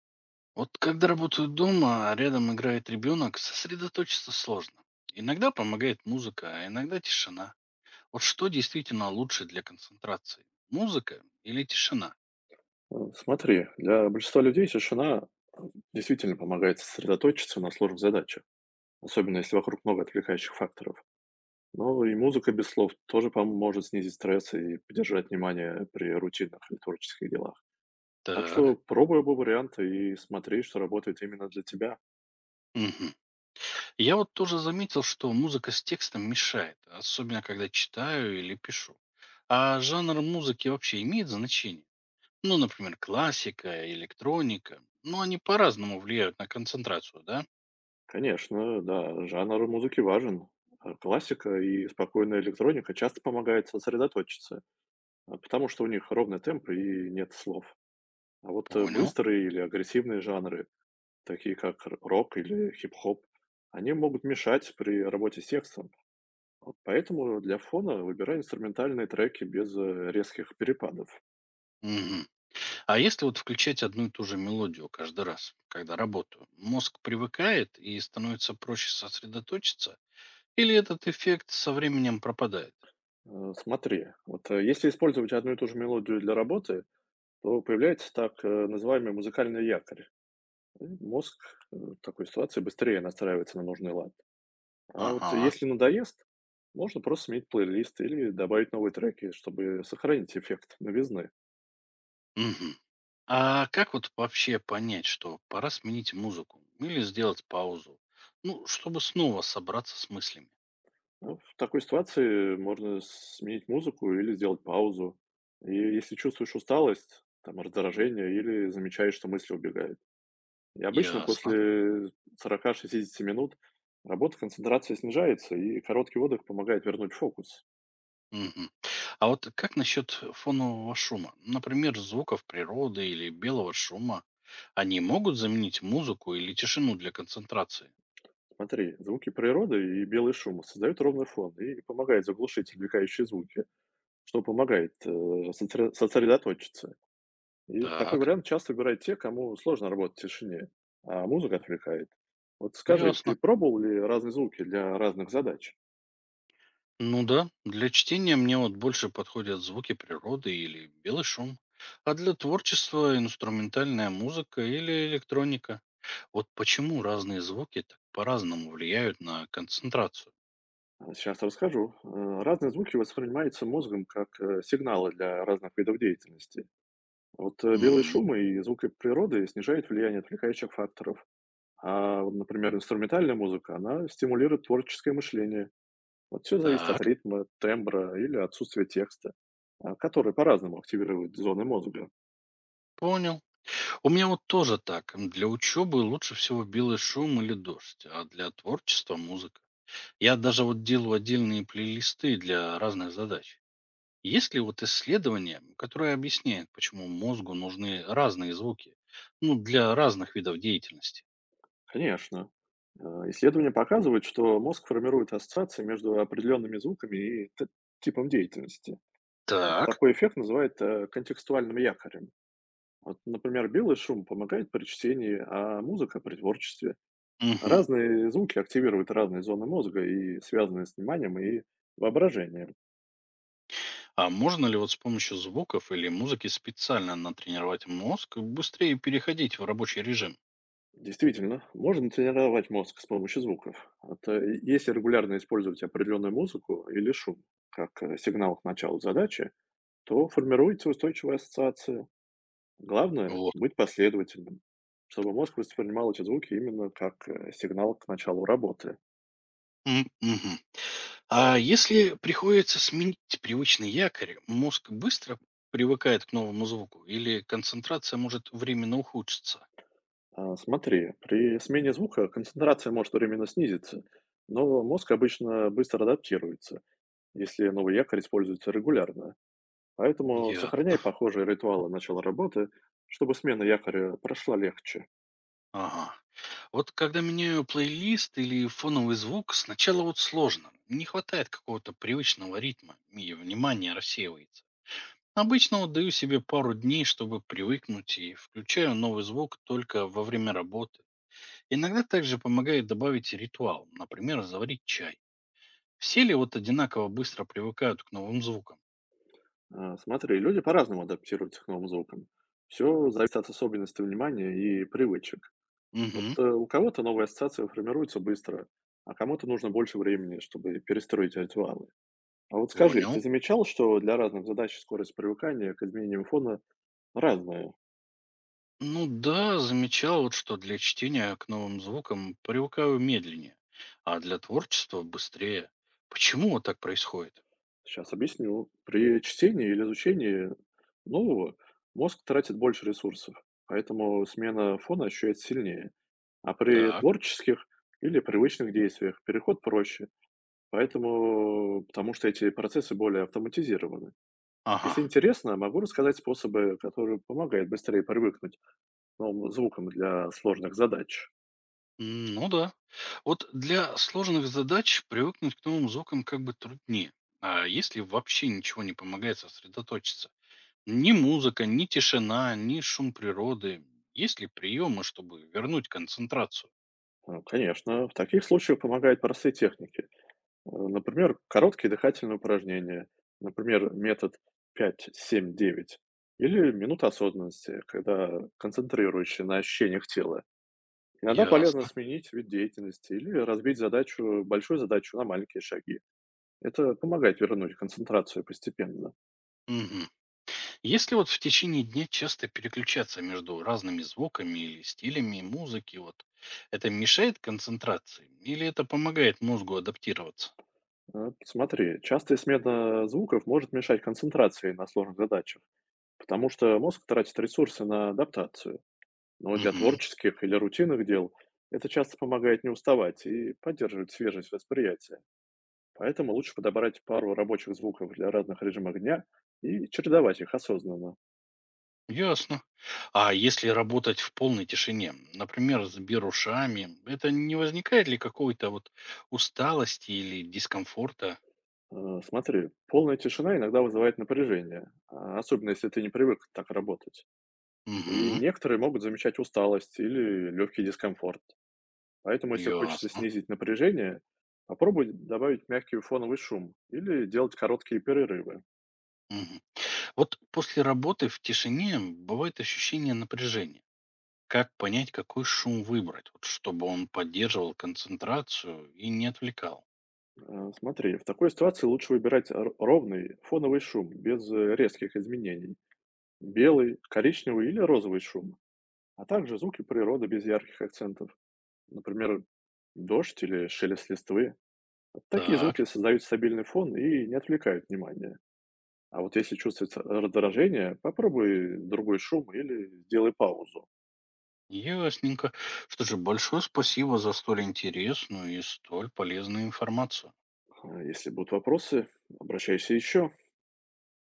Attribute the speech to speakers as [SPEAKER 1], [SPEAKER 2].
[SPEAKER 1] Вот когда работаю дома, а рядом играет ребенок, сосредоточиться сложно. Иногда помогает музыка, а иногда тишина. Вот что действительно лучше для концентрации? Музыка или тишина?
[SPEAKER 2] Смотри, для большинства людей тишина э, действительно помогает сосредоточиться на сложных задачах, особенно если вокруг много отвлекающих факторов. Но и музыка без слов тоже поможет снизить стресс и поддержать внимание при рутинных или творческих делах. Так что
[SPEAKER 1] Так.
[SPEAKER 2] пробуй оба варианта и смотри, что работает именно для тебя.
[SPEAKER 1] Мгм. Я вот тоже заметил, что музыка с текстом мешает, особенно когда читаю или пишу. А жанр музыки вообще имеет значение? Ну, например, классика, электроника. Ну, они по-разному влияют на концентрацию, да?
[SPEAKER 2] Конечно, да, жанр музыки важен. Классика и спокойная электроника часто помогает сосредоточиться, потому что у них ровный темп и нет слов. А вот
[SPEAKER 1] Понял.
[SPEAKER 2] быстрые или агрессивные жанры такие как р рок или хип-хоп, они могут мешать при работе с текстом. Вот поэтому для фона выбирай инструментальные треки без резких перепадов.
[SPEAKER 1] Мгм. А если вот включать одну и ту же мелодию каждый раз, когда работаю, мозг привыкает и становится проще сосредоточиться? Или этот эффект со временем пропадает?
[SPEAKER 2] Смотри, вот если использовать одну и ту же мелодию для работы, то появляется так называемый музыкальный якорь. И мозг в такой ситуации быстрее настраивается на нужный лад. А вот
[SPEAKER 1] Ага.
[SPEAKER 2] если надоест, можно просто сменить плейлист или добавить новые треки, чтобы сохранить эффект новизны.
[SPEAKER 1] Мгм. А как вот вообще понять, что пора сменить музыку или сделать паузу? Ну, чтобы снова собраться с мыслями.
[SPEAKER 2] Ну, в такой ситуации можно сменить музыку или сделать паузу. И если чувствуешь усталость, там, раздражение или замечаешь, что мысли убегают. И обычно
[SPEAKER 1] Ясно.
[SPEAKER 2] после 40-60 минут работа концентрация снижается, и короткий отдых помогает вернуть фокус.
[SPEAKER 1] Мгм. А вот как насчет фонового шума? Например, звуков природы или белого шума? Они могут заменить музыку или тишину для концентрации?
[SPEAKER 2] Смотри, звуки природы и белый шум создают ровный фон и помогает заглушить отвлекающие звуки, что помогает сосредоточиться. И такой
[SPEAKER 1] Так,
[SPEAKER 2] вариант часто выбирают те, кому сложно работать в тишине, а музыка отвлекает. Вот скажи, ты
[SPEAKER 1] ясно.
[SPEAKER 2] пробовал ли разные звуки для разных задач?
[SPEAKER 1] Ну да, для чтения мне вот больше подходят звуки природы или белый шум. А для творчества инструментальная музыка или электроника. Вот почему разные звуки так по-разному влияют на концентрацию.
[SPEAKER 2] А, сейчас расскажу. Разные звуки воспринимаются мозгом как сигналы для разных видов деятельности. Вот белые
[SPEAKER 1] М,
[SPEAKER 2] шумы и звуки природы снижают влияние отвлекающих факторов. А, вот, например, инструментальная музыка, она стимулирует творческое мышление. Вот все зависит
[SPEAKER 1] так,
[SPEAKER 2] от ритма, тембра или отсутствия текста, а, которые по-разному активируют зоны мозга.
[SPEAKER 1] понял. У меня вот тоже так. М, для учебы лучше всего белый шум или дождь, а для творчества музыка. Я даже вот делаю отдельные плейлисты для разных задач. Есть ли вот исследование, которое объясняет, почему мозгу нужны разные звуки, ну, для разных видов деятельности?
[SPEAKER 2] Конечно. Э, Исследования показывают, что мозг формирует ассоциации между определенными звуками и типом деятельности. Вот
[SPEAKER 1] Так.
[SPEAKER 2] такой эффект называют контекстуальным якорем. Вот, например, белый шум помогает при чтении, а музыка при творчестве.
[SPEAKER 1] Мгм.
[SPEAKER 2] Разные звуки активируют разные зоны мозга и связаны с вниманием и воображением.
[SPEAKER 1] А можно ли вот с помощью звуков или музыки специально натренировать мозг быстрее переходить в рабочий режим?
[SPEAKER 2] Действительно, можно тренировать мозг с помощью звуков. Это если регулярно использовать определенную музыку или шум как сигнал к началу задачи, то формируется устойчивая ассоциация. Главное —
[SPEAKER 1] Вот.
[SPEAKER 2] быть последовательным, чтобы мозг воспринимал эти звуки именно как сигнал к началу работы.
[SPEAKER 1] М, мгм. А если приходится сменить привычный якорь, мозг быстро привыкает к новому звуку или концентрация может временно ухудшиться?
[SPEAKER 2] А, смотри, при смене звука концентрация может временно снизиться, но мозг обычно быстро адаптируется, если новый якорь используется регулярно. Поэтому сохраняй
[SPEAKER 1] Ясно.
[SPEAKER 2] похожие ритуалы начала работы, чтобы смена якоря прошла легче.
[SPEAKER 1] Ага. Вот когда меняю плейлист или фоновый звук, сначала вот сложно. Не хватает какого-то привычного ритма, и внимание рассеивается. Обычно вот даю себе пару дней, чтобы привыкнуть, и включаю новый звук только во время работы. Иногда также помогает добавить ритуал, например, заварить чай. Все ли вот одинаково быстро привыкают к новым звукам?
[SPEAKER 2] А, смотри, люди по-разному адаптируются к новым звукам. Все зависит от особенностей внимания и привычек. Вот,
[SPEAKER 1] Угу,
[SPEAKER 2] у кого-то новые ассоциации формируются быстро, а кому-то нужно больше времени, чтобы перестроить ритуалы. А вот скажи, ты
[SPEAKER 1] понял.
[SPEAKER 2] замечал, что для разных задач скорость привыкания к изменениям фона разная?
[SPEAKER 1] Ну да, замечал вот, что для чтения к новым звукам привыкаю медленнее, а для творчества быстрее. Почему вот так происходит?
[SPEAKER 2] Сейчас объясню. При чтении или изучении нового мозг тратит больше ресурсов, поэтому смена фона ощущается сильнее. А при
[SPEAKER 1] Так,
[SPEAKER 2] творческих или привычных действиях переход проще, поэтому, потому что эти процессы более автоматизированы.
[SPEAKER 1] ага,
[SPEAKER 2] Если интересно, могу рассказать способы, которые помогают быстрее привыкнуть к новым звукам для сложных задач.
[SPEAKER 1] м, ну да. Вот для сложных задач привыкнуть к новым звукам как бы труднее. А если вообще ничего не помогает сосредоточиться? Ни музыка, ни тишина, ни шум природы. Есть ли приемы, чтобы вернуть концентрацию?
[SPEAKER 2] Ну, конечно, в таких случаях помогают простые техники. Например, короткие дыхательные упражнения, например, метод 5-7-9 или минута осознанности, когда концентрируешься на ощущениях тела. Иногда полезно
[SPEAKER 1] Ясно.
[SPEAKER 2] сменить вид деятельности или разбить задачу, большую задачу на маленькие шаги. Это помогает вернуть концентрацию постепенно.
[SPEAKER 1] Мгм. Если вот в течение дня часто переключаться между разными звуками или стилями музыки, вот это мешает концентрации или это помогает мозгу адаптироваться?
[SPEAKER 2] А, смотри, частая смена звуков может мешать концентрации на сложных задачах, потому что мозг тратит ресурсы на адаптацию. Но для
[SPEAKER 1] Мгм.
[SPEAKER 2] творческих или рутинных дел это часто помогает не уставать и поддерживать свежесть восприятия. Поэтому лучше подобрать пару рабочих звуков для разных режимов дня и чередовать их осознанно.
[SPEAKER 1] Ясно. А если работать в полной тишине, например, с берушами, это не возникает ли какой-то вот усталости или дискомфорта?
[SPEAKER 2] Смотри, полная тишина иногда вызывает напряжение, а особенно если ты не привык так работать. И
[SPEAKER 1] Угу.
[SPEAKER 2] некоторые могут замечать усталость или легкий дискомфорт. Поэтому, если хочется
[SPEAKER 1] Ясно.
[SPEAKER 2] снизить напряжение, попробуй добавить мягкий фоновый шум или делать короткие перерывы.
[SPEAKER 1] Мгм. Вот после работы в тишине бывает ощущение напряжения. Как понять, какой шум выбрать, вот чтобы он поддерживал концентрацию и не отвлекал?
[SPEAKER 2] Смотри, в такой ситуации лучше выбирать ровный фоновый шум без резких изменений. Белый, коричневый или розовый шум, а также звуки природы без ярких акцентов. Например, дождь или шелест листвы. Вот такие
[SPEAKER 1] Так,
[SPEAKER 2] звуки создают стабильный фон и не отвлекают внимание. А вот если чувствуется раздражение, попробуй другой шум или сделай паузу.
[SPEAKER 1] ясненько. Что же, большое спасибо за столь интересную и столь полезную информацию.
[SPEAKER 2] А, если будут вопросы, обращайся еще.